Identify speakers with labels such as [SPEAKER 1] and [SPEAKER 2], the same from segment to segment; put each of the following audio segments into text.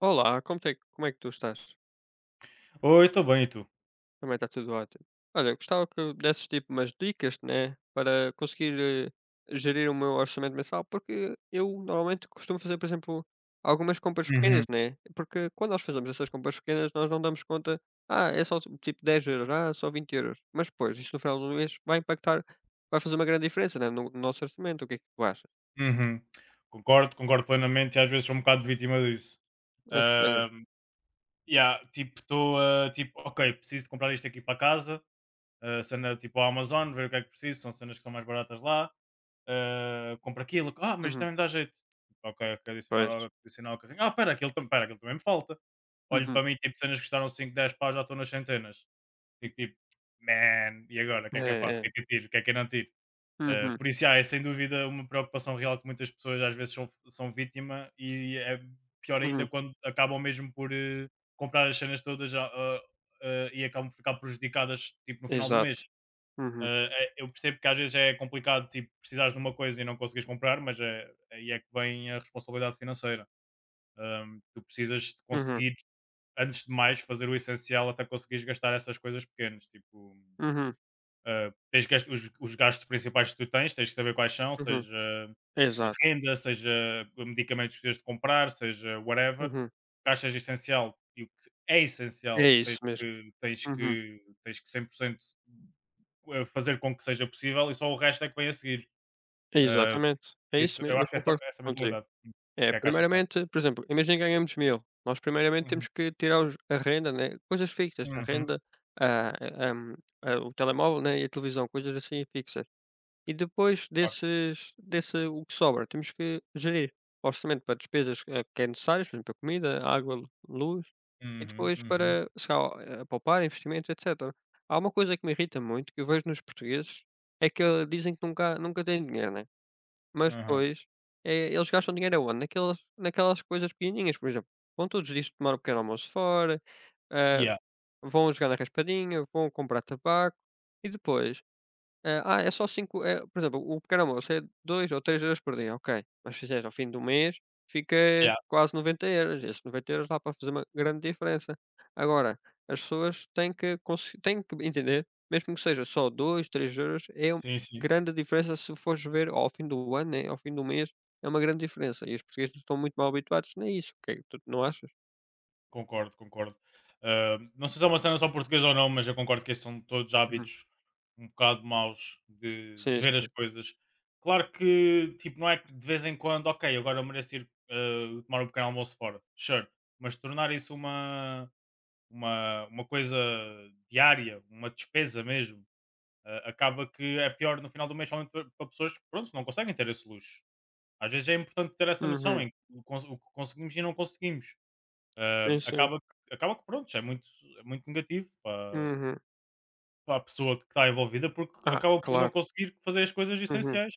[SPEAKER 1] Olá, como é que tu estás?
[SPEAKER 2] Oi, estou bem, e tu?
[SPEAKER 1] Também está tudo ótimo. Olha, gostava que desses tipo umas dicas, né, para conseguir gerir o meu orçamento mensal, porque eu normalmente costumo fazer, por exemplo, algumas compras pequenas,
[SPEAKER 2] Uhum,
[SPEAKER 1] né? Porque quando nós fazemos essas compras pequenas, nós não damos conta, ah, é só tipo 10€, ah, só 20€. Mas depois, isso no final do mês vai impactar, vai fazer uma grande diferença, né, no nosso orçamento. O que é que tu achas?
[SPEAKER 2] uhum. Concordo, concordo plenamente e às vezes sou um bocado vítima disso.
[SPEAKER 1] É, é,
[SPEAKER 2] Ahm, yeah, tipo, estou tipo, ok, preciso de comprar isto aqui para casa, cena tipo a Amazon, ver o que é que preciso, são cenas que são mais baratas lá, compra aquilo, mas isto
[SPEAKER 1] uhum,
[SPEAKER 2] também me dá jeito. Ok, ok, adicionar,
[SPEAKER 1] pois.
[SPEAKER 2] adicionar ao carrinho, espera, aquilo, pera, aquilo também me falta. Olho
[SPEAKER 1] Uhum,
[SPEAKER 2] para mim, tipo, cenas que custaram 5 10 pá, já estou nas centenas. Fico tipo, man, e agora, o que
[SPEAKER 1] é,
[SPEAKER 2] é que eu faço? O
[SPEAKER 1] é.
[SPEAKER 2] que é que eu tiro? O que é que eu não tiro?
[SPEAKER 1] Uhum,
[SPEAKER 2] Por isso, é sem dúvida uma preocupação real que muitas pessoas às vezes são vítima e é pior ainda
[SPEAKER 1] uhum,
[SPEAKER 2] quando acabam mesmo por comprar as cenas todas e acabam por ficar prejudicadas tipo, no final do mês.
[SPEAKER 1] exato. Uhum,
[SPEAKER 2] Eu percebo que às vezes é complicado tipo, precisares de uma coisa e não conseguires comprar, mas é, aí é que vem a responsabilidade financeira. Tu precisas de
[SPEAKER 1] uhum.
[SPEAKER 2] conseguir, antes de mais, fazer o essencial até conseguires gastar essas coisas pequenas. Tipo,
[SPEAKER 1] Uhum,
[SPEAKER 2] Tens que, os gastos principais que tu tens, tens que saber quais são,
[SPEAKER 1] uhum,
[SPEAKER 2] seja a
[SPEAKER 1] exato,
[SPEAKER 2] renda, seja medicamentos que tens de comprar, seja whatever.
[SPEAKER 1] uhum,
[SPEAKER 2] Caixas essencial e o que é
[SPEAKER 1] é
[SPEAKER 2] essencial,
[SPEAKER 1] isso
[SPEAKER 2] tens
[SPEAKER 1] mesmo,
[SPEAKER 2] que, tens
[SPEAKER 1] uhum,
[SPEAKER 2] que, tens que 100% fazer com que seja possível e só o resto é que vem a seguir. Uh,
[SPEAKER 1] exatamente, é
[SPEAKER 2] por
[SPEAKER 1] isso
[SPEAKER 2] isso, eu
[SPEAKER 1] mesmo, eu
[SPEAKER 2] acho que é essa,
[SPEAKER 1] concordo
[SPEAKER 2] essa
[SPEAKER 1] contigo.
[SPEAKER 2] mentalidade
[SPEAKER 1] É,
[SPEAKER 2] que é a caixa de
[SPEAKER 1] primeiramente, por exemplo, imagina que ganhamos mil. Nós primeiramente temos
[SPEAKER 2] Uhum,
[SPEAKER 1] que tirar os a renda, né, coisas fixas, a
[SPEAKER 2] uhum,
[SPEAKER 1] renda, a a, hum, o telemóvel, né, e a televisão, coisas assim fixas. E depois
[SPEAKER 2] claro.
[SPEAKER 1] desse o que sobra, temos que gerir o orçamento para despesas, que é necessárias, por exemplo, a comida, a água, lu luz, e
[SPEAKER 2] Uhum,
[SPEAKER 1] depois
[SPEAKER 2] uhum,
[SPEAKER 1] para, sei lá, poupar, investimentos, etcétera. Há uma coisa que me irrita muito, que eu vejo nos portugueses, é que dizem que nunca têm dinheiro, né, mas
[SPEAKER 2] uhum.
[SPEAKER 1] depois, eles gastam dinheiro aonde? Naquelas coisas pequenininhas, por exemplo, vão todos os dias tomar um pequeno almoço fora, ah,
[SPEAKER 2] Yeah,
[SPEAKER 1] vão jogar na raspadinha, vão comprar tabaco e depois é só 5 é por exemplo, o pequeno almoço é 2 ou 3€ por dia, ok. Mas se fizeres ao fim do mês, fica
[SPEAKER 2] yeah.
[SPEAKER 1] quase 90€. Esses 90€ dá para fazer uma grande diferença. Agora, as pessoas têm que entender, mesmo que seja só 2 3€ é uma
[SPEAKER 2] Sim, sim.
[SPEAKER 1] grande diferença se fores ver ao fim do ano, né, ao fim do mês, é uma grande diferença. E os portugueses estão muito mal habituados a isso, o é, tu não achas?
[SPEAKER 2] Concordo, concordo. Não sei se é uma cena só portuguesa ou não, mas eu concordo que esses são todos
[SPEAKER 1] Uhum.
[SPEAKER 2] hábitos um bocado maus
[SPEAKER 1] Sim,
[SPEAKER 2] de ver as
[SPEAKER 1] sim.
[SPEAKER 2] coisas. Claro que, tipo, não é que de vez em quando, ok, agora eu mereço ir tomar um pequeno almoço fora, sure, mas tornar isso uma coisa diária, uma despesa mesmo, acaba que é pior no final do mês, somente para para pessoas que, pronto, não conseguem ter esse luxo. Às vezes é importante ter essa noção
[SPEAKER 1] Uhum.
[SPEAKER 2] em que o o que conseguimos e não conseguimos Ahm,
[SPEAKER 1] Sim, sim.
[SPEAKER 2] acaba, acaba que pronto, é muito negativo para,
[SPEAKER 1] Uhum.
[SPEAKER 2] para a pessoa que está envolvida porque
[SPEAKER 1] Ah,
[SPEAKER 2] acaba por não
[SPEAKER 1] claro.
[SPEAKER 2] conseguir fazer as coisas
[SPEAKER 1] Uhum.
[SPEAKER 2] essenciais.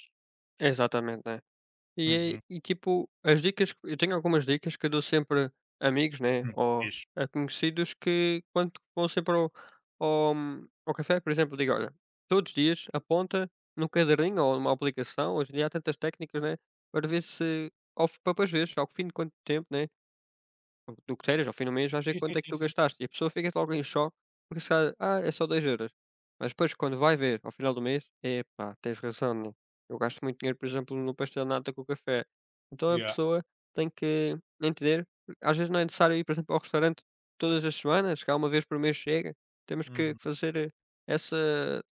[SPEAKER 1] Exatamente, né. E
[SPEAKER 2] Uhum.
[SPEAKER 1] é e tipo, as dicas eu tenho algumas dicas que eu dou sempre a amigos, né, ou
[SPEAKER 2] Fixe.
[SPEAKER 1] a conhecidos, que quando vão sempre ao ao café, por exemplo, digo: "Olha, todos os dias aponta num caderninho ou numa aplicação." Hoje em dia há tantas técnicas, né, para ver se ao f para depois veres ao fim de quanto tempo, né, do que tiras, ao fim do mês vais ver
[SPEAKER 2] Sim, sim,
[SPEAKER 1] quanto é que
[SPEAKER 2] sim,
[SPEAKER 1] tu
[SPEAKER 2] sim.
[SPEAKER 1] gastaste. E a pessoa fica logo em choque, porque se calhar, ah, é só 2€. Mas depois quando vai ver ao final do mês, epá, tens razão, né, eu gasto muito dinheiro, por exemplo, no pastel de nata com o café. Então a
[SPEAKER 2] Yeah.
[SPEAKER 1] pessoa tem que entender, porque às vezes não é necessário ir, por exemplo, ao restaurante todas as semanas, se calhar uma vez por mês chega. Temos que
[SPEAKER 2] Uhum,
[SPEAKER 1] fazer, eh, essa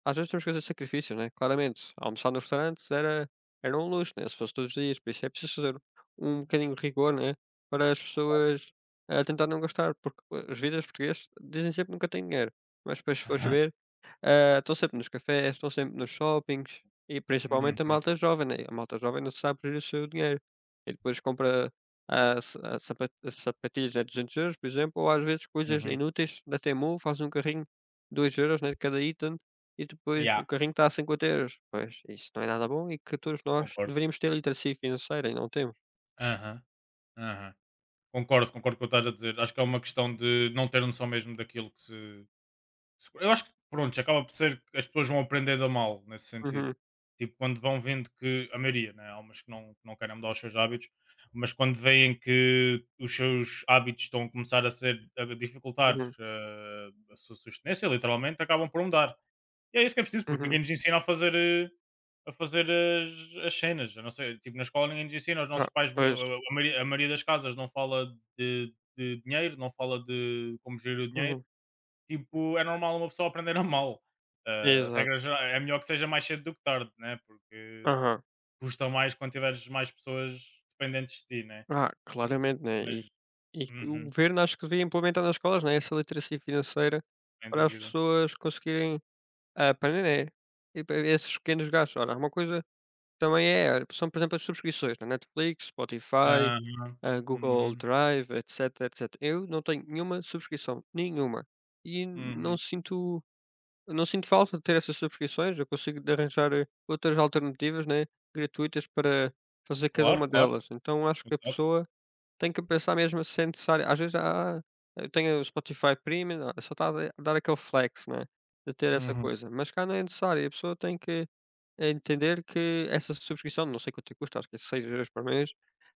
[SPEAKER 1] às vezes temos que fazer sacrifícios, né, claramente. Almoçar no restaurante era um luxo, né, se fosse todos os dias, por isso é preciso fazer um bocadinho de rigor, né, para as
[SPEAKER 2] claro.
[SPEAKER 1] pessoas a tentar não gastar, porque os vídeos portugueses dizem sempre que nunca têm dinheiro, mas depois se fores ver, ah, estão sempre nos cafés, estão sempre nos shoppings, e principalmente a
[SPEAKER 2] Uhum,
[SPEAKER 1] malta jovem, né, a malta jovem não sabe gerir o seu dinheiro, e depois compra, ah, sa sapa sapatilhas a 200€, por exemplo, ou às vezes coisas
[SPEAKER 2] uhum.
[SPEAKER 1] inúteis da Temu, faz um carrinho, de dois euros, né, de cada item, e depois o
[SPEAKER 2] Yeah,
[SPEAKER 1] carrinho está a 50€. Pois, isso não é nada bom, e que todos nós
[SPEAKER 2] concordo.
[SPEAKER 1] deveríamos ter literacia financeira e não temos.
[SPEAKER 2] Aham, aham. Concordo, concordo com o que estás a dizer. Acho que é uma questão de não ter noção mesmo daquilo que se, eu acho que, pronto, acaba por ser que as pessoas vão aprendendo a mal, nesse sentido.
[SPEAKER 1] Uhum,
[SPEAKER 2] Tipo, quando vão vendo que, a maioria, né? Há umas que não querem mudar os seus hábitos, mas quando veem que os seus hábitos estão a começar a ser, a dificultar
[SPEAKER 1] uhum,
[SPEAKER 2] a sua sustência, literalmente, acabam por mudar. E é isso que é preciso, porque
[SPEAKER 1] uhum.
[SPEAKER 2] ninguém nos ensina a fazer, a fazer as cenas. Eu não sei, tipo, na escola ninguém nos ensina, os
[SPEAKER 1] Ah,
[SPEAKER 2] nossos pais,
[SPEAKER 1] pois.
[SPEAKER 2] a maioria, a maioria, das casas não fala de dinheiro, não fala de como gerir o dinheiro.
[SPEAKER 1] Uhum.
[SPEAKER 2] Tipo, é normal uma pessoa aprender a mal. Regra
[SPEAKER 1] Exato.
[SPEAKER 2] geral, é melhor que seja mais cedo do que tarde, né? Porque
[SPEAKER 1] Aham.
[SPEAKER 2] custa mais quando tiveres mais pessoas dependentes de ti, né?
[SPEAKER 1] Ah, claramente, né,
[SPEAKER 2] Mas,
[SPEAKER 1] e que o
[SPEAKER 2] uhum,
[SPEAKER 1] governo acho que devia implementar nas escolas, né, essa literacia financeira
[SPEAKER 2] sem
[SPEAKER 1] para as
[SPEAKER 2] dúvida.
[SPEAKER 1] pessoas conseguirem aprender, né, e para esses pequenos gastos. Ora, uma coisa também é, olha, são, por exemplo, as subscrições na Netflix, Spotify,
[SPEAKER 2] Aham.
[SPEAKER 1] ah, Google
[SPEAKER 2] Uhum,
[SPEAKER 1] Drive, etcétera. Eu não tenho nenhuma subscrição, nenhuma, e não
[SPEAKER 2] uhum.
[SPEAKER 1] sinto. Eu não sinto falta de ter essas subscrições, eu consigo de arranjar, outras alternativas, né, gratuitas, para fazer cada
[SPEAKER 2] Claro,
[SPEAKER 1] uma
[SPEAKER 2] claro.
[SPEAKER 1] delas. Então acho que a
[SPEAKER 2] Exato.
[SPEAKER 1] pessoa tem que pensar mesmo se é necessário às vezes: "Ah, eu tenho o Spotify Premium", ah, só está a da dar aquele flex, né, de ter essa
[SPEAKER 2] Uhum,
[SPEAKER 1] coisa, mas cá não é necessário. A pessoa tem que entender que essa subscrição, não sei quanto é que custa, acho que é €6 por mês,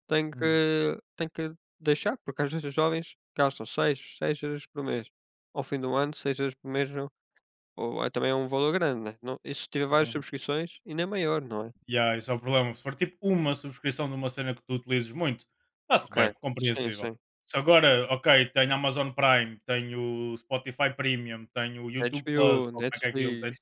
[SPEAKER 2] uhum,
[SPEAKER 1] tem que deixar, porque às vezes os jovens gastam 6€ por mês. Ao fim do ano, 6€ por mês ou é também é um valor grande, né, não isso tira várias
[SPEAKER 2] uhum.
[SPEAKER 1] subscrições, ainda é maior, não é?
[SPEAKER 2] Yeah, esse é o problema. Se for tipo uma subscrição de uma cena que tu utilizes muito, está-se
[SPEAKER 1] Ok,
[SPEAKER 2] bem,
[SPEAKER 1] sim,
[SPEAKER 2] compreensível.
[SPEAKER 1] sim.
[SPEAKER 2] Se agora, ok, tenho Amazon Prime, tenho Spotify Premium, tenho YouTube
[SPEAKER 1] HBO,
[SPEAKER 2] Plus, ou como é que é aquilo,
[SPEAKER 1] Netflix.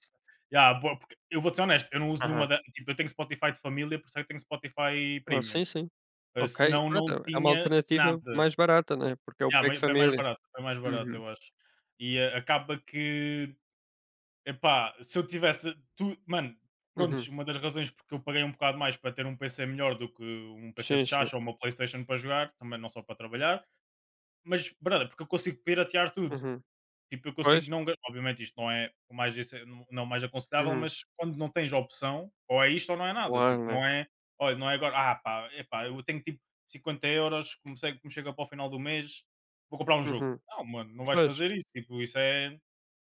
[SPEAKER 2] ya, boa, porque eu vou-te ser honesto, eu não uso
[SPEAKER 1] Aham.
[SPEAKER 2] nenhuma da tipo, eu tenho Spotify de família, por isso é que tenho Spotify
[SPEAKER 1] Ah,
[SPEAKER 2] Premium.
[SPEAKER 1] sim, sim. Ok,
[SPEAKER 2] Senão não
[SPEAKER 1] pronto, é uma
[SPEAKER 2] tinha
[SPEAKER 1] alternativa
[SPEAKER 2] nada.
[SPEAKER 1] mais barata, né, porque é o
[SPEAKER 2] Ya,
[SPEAKER 1] pack
[SPEAKER 2] bem mais
[SPEAKER 1] família.
[SPEAKER 2] barato, bem mais barato,
[SPEAKER 1] Uhum,
[SPEAKER 2] eu acho. E, acaba que, epá, se eu tivesse tu mano, prontos,
[SPEAKER 1] uhum.
[SPEAKER 2] uma das razões porque eu paguei um bocado mais para ter um PC melhor do que um PC
[SPEAKER 1] Sim,
[SPEAKER 2] de
[SPEAKER 1] sim.
[SPEAKER 2] chacha ou uma PlayStation para jogar, também não só para trabalhar, mas brother, porque eu consigo piratear tudo.
[SPEAKER 1] Uhum.
[SPEAKER 2] Tipo, eu
[SPEAKER 1] Pois.
[SPEAKER 2] consigo não. Obviamente, isto não é o mais, não o mais aconselhável,
[SPEAKER 1] Uhum.
[SPEAKER 2] mas quando não tens opção, ou é isto ou não é nada. Tipo,
[SPEAKER 1] Claro, né.
[SPEAKER 2] não é. Olha, não é agora. Pá, epá, eu tenho tipo 50 euros, comecei, como chega para o final do mês, vou comprar um jogo.
[SPEAKER 1] Uhum.
[SPEAKER 2] Não, mano, não vais
[SPEAKER 1] Pois.
[SPEAKER 2] fazer isso. Tipo, isso é.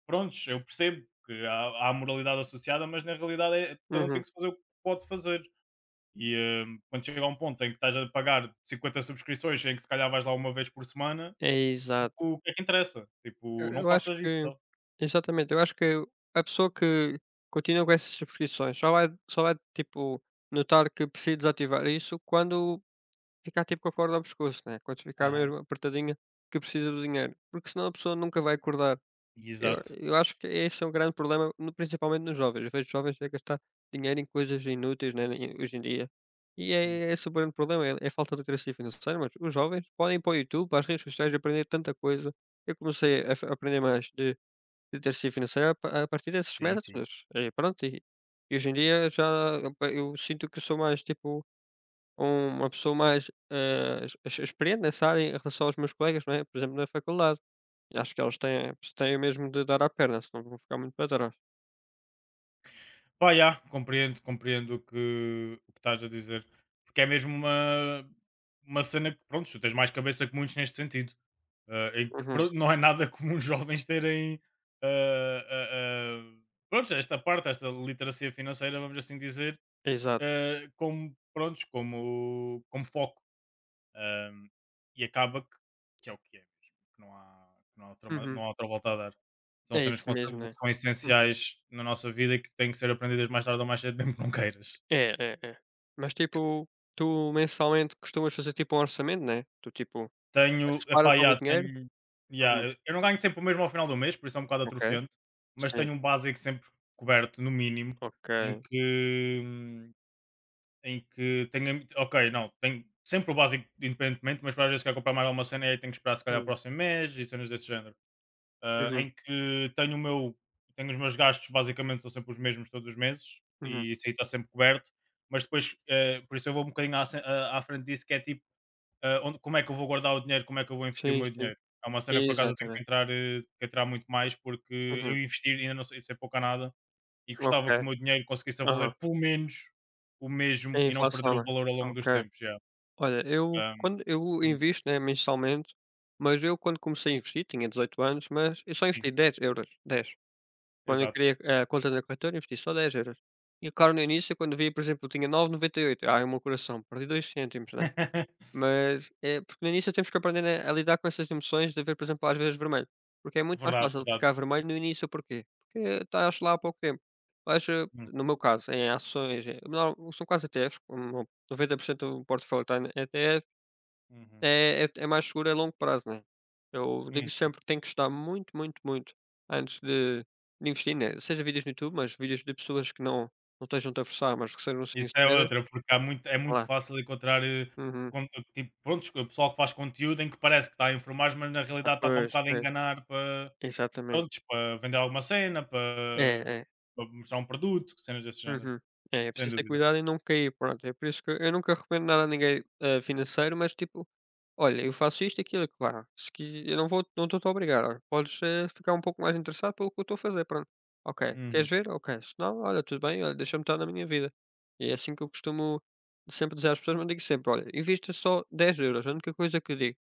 [SPEAKER 2] Prontos, eu percebo que há moralidade associada, mas na realidade é, cada um tem
[SPEAKER 1] Uhum.
[SPEAKER 2] que se fazer o que pode fazer. E quando chega a um ponto em que estás a pagar 50 subscrições, em que se calhar vais lá uma vez por semana,
[SPEAKER 1] É, exato.
[SPEAKER 2] o que é que interessa?
[SPEAKER 1] Eu
[SPEAKER 2] Tipo, não
[SPEAKER 1] eu acho
[SPEAKER 2] faças isso.
[SPEAKER 1] que,
[SPEAKER 2] Tá?
[SPEAKER 1] exatamente, eu acho que a pessoa que continua com essas subscrições só vai, tipo, notar que precisa desativar isso quando. Ficar tipo com a corda ao pescoço, né, quando ficar
[SPEAKER 2] Aham,
[SPEAKER 1] mesmo apertadinha, que precisa do dinheiro, porque senão a pessoa nunca vai acordar. Eu
[SPEAKER 2] exato.
[SPEAKER 1] eu acho que esse é um grande problema, no principalmente nos jovens. Eu vejo jovens a gastar dinheiro em coisas inúteis, né, hoje em dia. E
[SPEAKER 2] Hum,
[SPEAKER 1] é esse o grande problema, é a falta de literacia financeira, mas os jovens podem ir para o YouTube, para as redes sociais, aprender tanta coisa. Eu comecei a fa aprender mais de literacia financeira a partir desses
[SPEAKER 2] Sim, sim.
[SPEAKER 1] métodos, e pronto, e hoje em dia já eu sinto que sou mais tipo uma pessoa mais, eh, ex ex experiente nessa área em relação aos meus colegas, não é, por exemplo, na faculdade. E acho que eles têm mesmo de dar à perna, senão vão ficar muito para trás.
[SPEAKER 2] Pá, já, compreendo, compreendo o que estás a dizer. Porque é mesmo uma cena que, pronto, tu tens mais cabeça que muitos neste sentido. Em que,
[SPEAKER 1] Uhum,
[SPEAKER 2] pronto, não é nada comum os jovens terem, ah, ah, ah, pronto, esta parte, esta literacia financeira, vamos assim dizer,
[SPEAKER 1] exato.
[SPEAKER 2] como, pronto, como foco. Ahm, e acaba que é o que é mesmo, que não, há outra,
[SPEAKER 1] Uhum.
[SPEAKER 2] não há outra volta a dar. São
[SPEAKER 1] É
[SPEAKER 2] cenas que
[SPEAKER 1] isso
[SPEAKER 2] vão
[SPEAKER 1] mesmo, né.
[SPEAKER 2] são
[SPEAKER 1] Uhum.
[SPEAKER 2] essenciais na nossa vida e que têm que ser aprendidas mais tarde ou mais cedo, mesmo que não queiras.
[SPEAKER 1] É, é, é. Mas, tipo, tu mensalmente costumas fazer, tipo, um orçamento, né? Tu, tipo,
[SPEAKER 2] Tenho,
[SPEAKER 1] separas
[SPEAKER 2] epá,
[SPEAKER 1] logo o
[SPEAKER 2] yeah,
[SPEAKER 1] dinheiro?
[SPEAKER 2] tenho, já
[SPEAKER 1] Uhum,
[SPEAKER 2] eu não ganho sempre o mesmo ao final do mês, por isso é um bocado
[SPEAKER 1] ok.
[SPEAKER 2] atrofiante, mas
[SPEAKER 1] Sim,
[SPEAKER 2] tenho um básico sempre coberto, no mínimo,
[SPEAKER 1] ok.
[SPEAKER 2] em que, hum, em que tenho, ok, não, tenho sempre o básico independentemente, mas para às vezes quero comprar mais alguma cena e aí tenho que esperar se calhar o
[SPEAKER 1] Hum,
[SPEAKER 2] próximo mês e cenas desse género.
[SPEAKER 1] uhum,
[SPEAKER 2] Em que tenho o meu, tenho os meus gastos basicamente são sempre os mesmos todos os meses
[SPEAKER 1] uhum.
[SPEAKER 2] e isso aí está sempre coberto, mas depois, por isso eu vou um bocadinho à frente disso que é tipo onde, como é que eu vou guardar o dinheiro, como é que eu vou investir o
[SPEAKER 1] Sim,
[SPEAKER 2] meu
[SPEAKER 1] sim.
[SPEAKER 2] dinheiro. É uma cena que por acaso eu tenho que
[SPEAKER 1] Exatamente.
[SPEAKER 2] entrar, que entrar muito mais porque
[SPEAKER 1] Uhum,
[SPEAKER 2] eu investir ainda não sei, sei pouco a nada e
[SPEAKER 1] ok.
[SPEAKER 2] gostava que o meu dinheiro conseguisse a
[SPEAKER 1] Aham.
[SPEAKER 2] valer pelo menos o
[SPEAKER 1] É
[SPEAKER 2] mesmo
[SPEAKER 1] a
[SPEAKER 2] e não perder
[SPEAKER 1] inflação,
[SPEAKER 2] o
[SPEAKER 1] né?
[SPEAKER 2] valor ao longo dos
[SPEAKER 1] Ok.
[SPEAKER 2] tempos. Yeah.
[SPEAKER 1] Olha, eu
[SPEAKER 2] Um,
[SPEAKER 1] quando eu
[SPEAKER 2] hum,
[SPEAKER 1] invisto, né, mensalmente, mas eu quando comecei a investir tinha 18 anos, mas eu só
[SPEAKER 2] sim,
[SPEAKER 1] investi 10€, 10. Quando eu
[SPEAKER 2] exato.
[SPEAKER 1] criei a conta na corretora, investi só 10€. E claro, no início, quando vi, por exemplo, tinha 9,98, ai, o meu coração, perdi 2 cêntimos, né? Mas é porque no início temos que aprender, né, a lidar com essas emoções, de ver, por exemplo, às vezes vermelho, porque é muito mais
[SPEAKER 2] Verdade,
[SPEAKER 1] fácil
[SPEAKER 2] verdade.
[SPEAKER 1] ficar vermelho no início. Porquê? Porque estás lá há pouco tempo. Mas, eh,
[SPEAKER 2] Hum,
[SPEAKER 1] no meu caso, em ações, eh, não, são quase ETFs, como 90% do portfólio está em E T Fs,
[SPEAKER 2] uhum,
[SPEAKER 1] é mais seguro a longo prazo, né. Eu
[SPEAKER 2] uhum.
[SPEAKER 1] digo sempre que tem que estudar muito, muito, muito antes de investir, né, seja vídeos no YouTube, mas vídeos de pessoas que não estejam a forçar, mas que sejam
[SPEAKER 2] Isso é
[SPEAKER 1] sinceras.
[SPEAKER 2] outra, porque há muito é muito
[SPEAKER 1] Claro.
[SPEAKER 2] fácil encontrar,
[SPEAKER 1] Uhum.
[SPEAKER 2] con tipo, prontos, o pessoal que faz conteúdo em que parece que está a informar, mas na
[SPEAKER 1] Ah,
[SPEAKER 2] realidade está um
[SPEAKER 1] pois,
[SPEAKER 2] bocado a
[SPEAKER 1] pois.
[SPEAKER 2] enganar para,
[SPEAKER 1] Exatamente.
[SPEAKER 2] prontos, para vender alguma cena,
[SPEAKER 1] É, é.
[SPEAKER 2] para mostrar um produto, cenas desse género,
[SPEAKER 1] Uhum. É, é
[SPEAKER 2] sem
[SPEAKER 1] preciso ter
[SPEAKER 2] dúvida.
[SPEAKER 1] cuidado e não cair, pronto. É por isso que eu nunca recomendo nada a ninguém, financeiro, mas tipo: "Olha, eu faço isto, e aquilo, claro, se qui eu não estou a obrigar, olha, podes, eh, ficar um pouco mais interessado pelo que eu estou a fazer, pronto. Ok, queres
[SPEAKER 2] Uhum,
[SPEAKER 1] ver? Ok, se não, olha, tudo bem, olha, deixa-me estar na minha vida." E é assim que eu costumo sempre dizer às pessoas, mas digo sempre: "Olha, invista só €10, a única coisa que eu digo."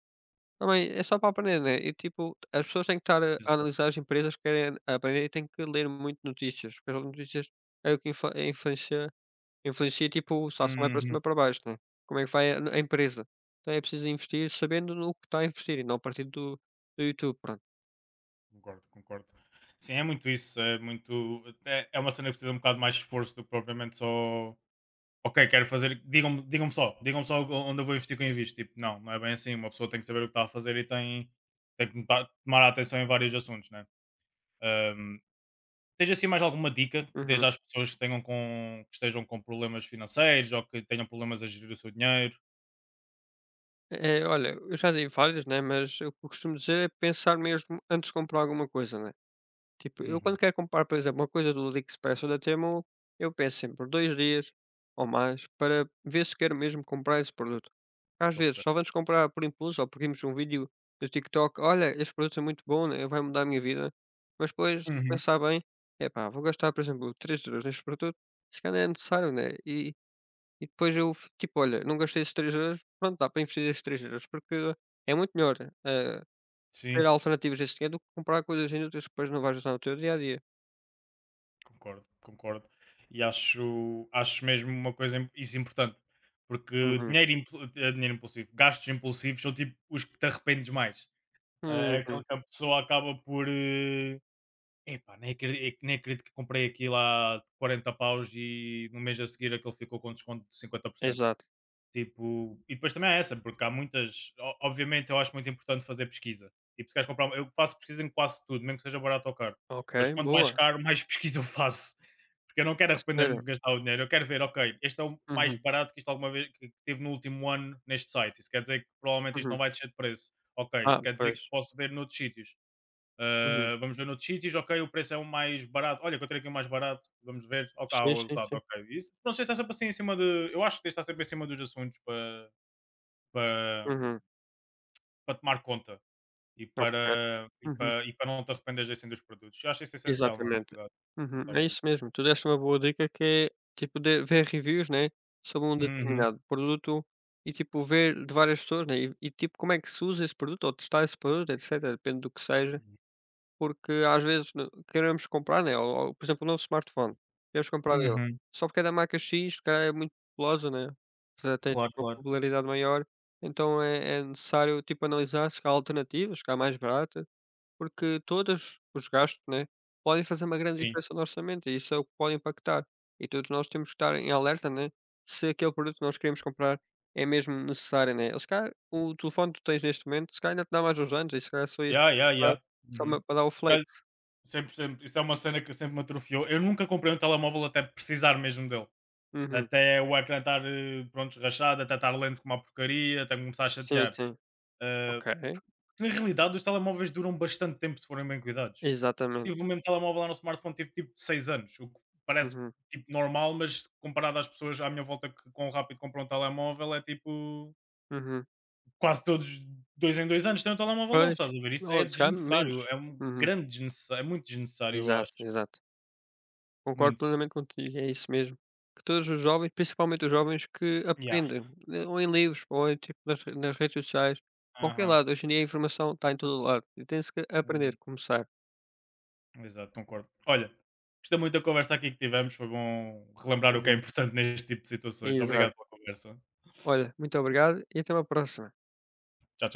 [SPEAKER 1] Não, é é só para aprender, né, e tipo, as pessoas têm que estar a
[SPEAKER 2] exato.
[SPEAKER 1] analisar as empresas que querem aprender e têm que ler muito notícias, porque as notícias é o que influ é influencia, tipo, se a ação vai para cima
[SPEAKER 2] Uhum,
[SPEAKER 1] ou para baixo, né, como é que vai a empresa. Então é preciso investir sabendo no que está a investir e não a partir do YouTube, pronto.
[SPEAKER 2] concordo, concordo. Sim, é muito isso, é muito é uma cena que precisa um bocado mais de esforço do que propriamente só ok, quero fazer, digam só, digam-me só onde eu vou investir com invisto. Tipo, não, não é bem assim, uma pessoa tem que saber o que está a fazer e tem, tem que tomar atenção em vários assuntos, né? Ahm, Tens assim mais alguma dica que dês
[SPEAKER 1] Uhum.
[SPEAKER 2] às pessoas que, tenham com, que estejam com problemas financeiros ou que tenham problemas a gerir o seu dinheiro?
[SPEAKER 1] Eh, olha, eu já dei várias, né, mas o que eu costumo dizer é pensar mesmo antes de comprar alguma coisa, né. Tipo, eu quando
[SPEAKER 2] Uhum,
[SPEAKER 1] quero comprar, por exemplo, uma coisa do AliExpress ou da Temu, eu penso sempre por 2 dias ou mais para ver se quero mesmo comprar esse produto. Às
[SPEAKER 2] estou a
[SPEAKER 1] vezes só
[SPEAKER 2] perceber.
[SPEAKER 1] vamos comprar por impulso ou porque vimos um vídeo do TikTok: "Olha, este produto é muito bom, né, vai mudar a minha vida." Mas depois, se
[SPEAKER 2] Uhum,
[SPEAKER 1] pensar bem: "Epá, vou gastar, por exemplo, 3€ neste produto, se calhar é necessário, né." E depois eu f tipo: "Olha, não gastei esses 3€, pronto, dá para investir esses 3€, porque é muito melhor, eh, ter
[SPEAKER 2] sim,
[SPEAKER 1] alternativas a esse dinheiro do que comprar coisas inúteis que depois não vais usar no teu dia a dia."
[SPEAKER 2] concordo, concordo. E acho mesmo uma coisa isso importante, porque
[SPEAKER 1] Uhum.
[SPEAKER 2] dinheiro, impulsivo, gastos impulsivos são tipo os que te arrependes mais. É
[SPEAKER 1] Uhum.
[SPEAKER 2] aquela que a pessoa acaba por, "epá, nem acredito que comprei aquilo há 40 paus e no mês a seguir aquilo ficou com desconto de 50%.
[SPEAKER 1] Exato.
[SPEAKER 2] Tipo, e depois também há essa, porque há muitas. Obviamente, eu acho muito importante fazer pesquisa. Tipo, se queres comprar. Eu faço pesquisa em quase tudo, mesmo que seja barato ou caro.
[SPEAKER 1] Ok,
[SPEAKER 2] Mas quanto mais
[SPEAKER 1] boa.
[SPEAKER 2] caro, mais pesquisa eu faço. Porque eu não quero arrepender-me
[SPEAKER 1] Sério?
[SPEAKER 2] de gastar o dinheiro. Eu quero ver, ok, este é o mais
[SPEAKER 1] Uhum,
[SPEAKER 2] barato que isto alguma vez que teve no último ano neste site. Isso quer dizer que provavelmente isto
[SPEAKER 1] uhum.
[SPEAKER 2] não vai descer de preço. Ok,
[SPEAKER 1] Ah,
[SPEAKER 2] isso quer dizer
[SPEAKER 1] pois.
[SPEAKER 2] que posso ver noutros sítios.
[SPEAKER 1] Uhum.
[SPEAKER 2] Vamos ver noutros sítios, ok, o preço é o mais barato. Olha, encontrei aqui o mais barato, vamos ver. Ok,
[SPEAKER 1] Sim,
[SPEAKER 2] o
[SPEAKER 1] sim,
[SPEAKER 2] usado,
[SPEAKER 1] sim.
[SPEAKER 2] ok. Isso, não sei se está sempre assim em cima de. Eu acho que está sempre em cima dos assuntos para,
[SPEAKER 1] Uhum.
[SPEAKER 2] para, tomar conta e
[SPEAKER 1] Ok. Uhum.
[SPEAKER 2] para não te arrependeres assim dos produtos. Eu acho isso essencial, na
[SPEAKER 1] Exatamente.
[SPEAKER 2] realidade, como
[SPEAKER 1] Uhum.
[SPEAKER 2] estavas
[SPEAKER 1] É
[SPEAKER 2] a dizer.
[SPEAKER 1] isso mesmo. Tu deste uma boa dica, que é, tipo, de ver reviews, né, sobre um
[SPEAKER 2] Uhum.
[SPEAKER 1] determinado produto, e, tipo, ver de várias pessoas, né, e, tipo, como é que se usa esse produto, ou testar esse produto, etcétera, depende do que seja. Porque às vezes n queremos comprar, né, ou, por exemplo, um novo smartphone, queremos comprar ele,
[SPEAKER 2] Uhum.
[SPEAKER 1] só porque é da marca X, se é muito populosa, né, já tem
[SPEAKER 2] Claro,
[SPEAKER 1] tipo uma
[SPEAKER 2] claro.
[SPEAKER 1] popularidade maior, então é necessário, tipo, analisar se há alternativas, que há mais barata, porque todos os gastos, né, podem fazer uma grande
[SPEAKER 2] Sim.
[SPEAKER 1] diferença no orçamento, e isso é o que pode impactar. E todos nós temos que estar em alerta, né, se aquele produto que nós queremos comprar é mesmo necessário, né. Ou se calhar o telefone que tu tens neste momento, se calhar ainda te dá mais uns anos, e se calhar só ias
[SPEAKER 2] Yeah, yeah,
[SPEAKER 1] comprar
[SPEAKER 2] yeah.
[SPEAKER 1] só
[SPEAKER 2] Uhum.
[SPEAKER 1] ma para dar o
[SPEAKER 2] Por acaso,
[SPEAKER 1] flex.
[SPEAKER 2] sempre, sempre, isso é uma cena que sempre me atrofiou. Eu nunca comprei um telemóvel até precisar mesmo dele.
[SPEAKER 1] Uhum.
[SPEAKER 2] Até o ecrã estar, pronto, rachado, até estar lento como uma porcaria, até me começar a
[SPEAKER 1] Sim,
[SPEAKER 2] chatear.
[SPEAKER 1] sim.
[SPEAKER 2] Ah,
[SPEAKER 1] Ok.
[SPEAKER 2] Porque na realidade os telemóveis duram bastante tempo se forem bem cuidados.
[SPEAKER 1] Exatamente.
[SPEAKER 2] Tive o mesmo telemóvel lá no smartphone, tive tipo 6 anos, o que parece
[SPEAKER 1] Uhum,
[SPEAKER 2] tipo normal, mas comparado às pessoas à minha volta que com rápido compram um telemóvel, é tipo
[SPEAKER 1] uhum.
[SPEAKER 2] quase todos 2 em 2 anos têm um telemóvel novo,
[SPEAKER 1] Pois,
[SPEAKER 2] estás a ver? Isso
[SPEAKER 1] ou
[SPEAKER 2] é
[SPEAKER 1] se calhar menos.
[SPEAKER 2] desnecessário, é um
[SPEAKER 1] Uhum.
[SPEAKER 2] grande desnecessário, é muito desnecessário, eu acho.
[SPEAKER 1] Exato, exato. Concordo
[SPEAKER 2] Muito.
[SPEAKER 1] plenamente contigo, é isso mesmo. Que todos os jovens, principalmente os jovens que
[SPEAKER 2] Yeah.
[SPEAKER 1] aprendem, eh, ou em livros, ou em, tipo, nas redes sociais, qualquer
[SPEAKER 2] Aham.
[SPEAKER 1] lado, hoje em dia a informação está em todo lado, e tem-se que aprender,
[SPEAKER 2] Uhum.
[SPEAKER 1] começar.
[SPEAKER 2] Exato, concordo. Olha, gostei muito da conversa aqui que tivemos. Foi bom relembrar o que é
[SPEAKER 1] Uhum.
[SPEAKER 2] importante neste tipo de situações.
[SPEAKER 1] Exato.
[SPEAKER 2] Obrigado pela conversa.
[SPEAKER 1] Olha, muito obrigado e até uma próxima.
[SPEAKER 2] Tchau, tchau.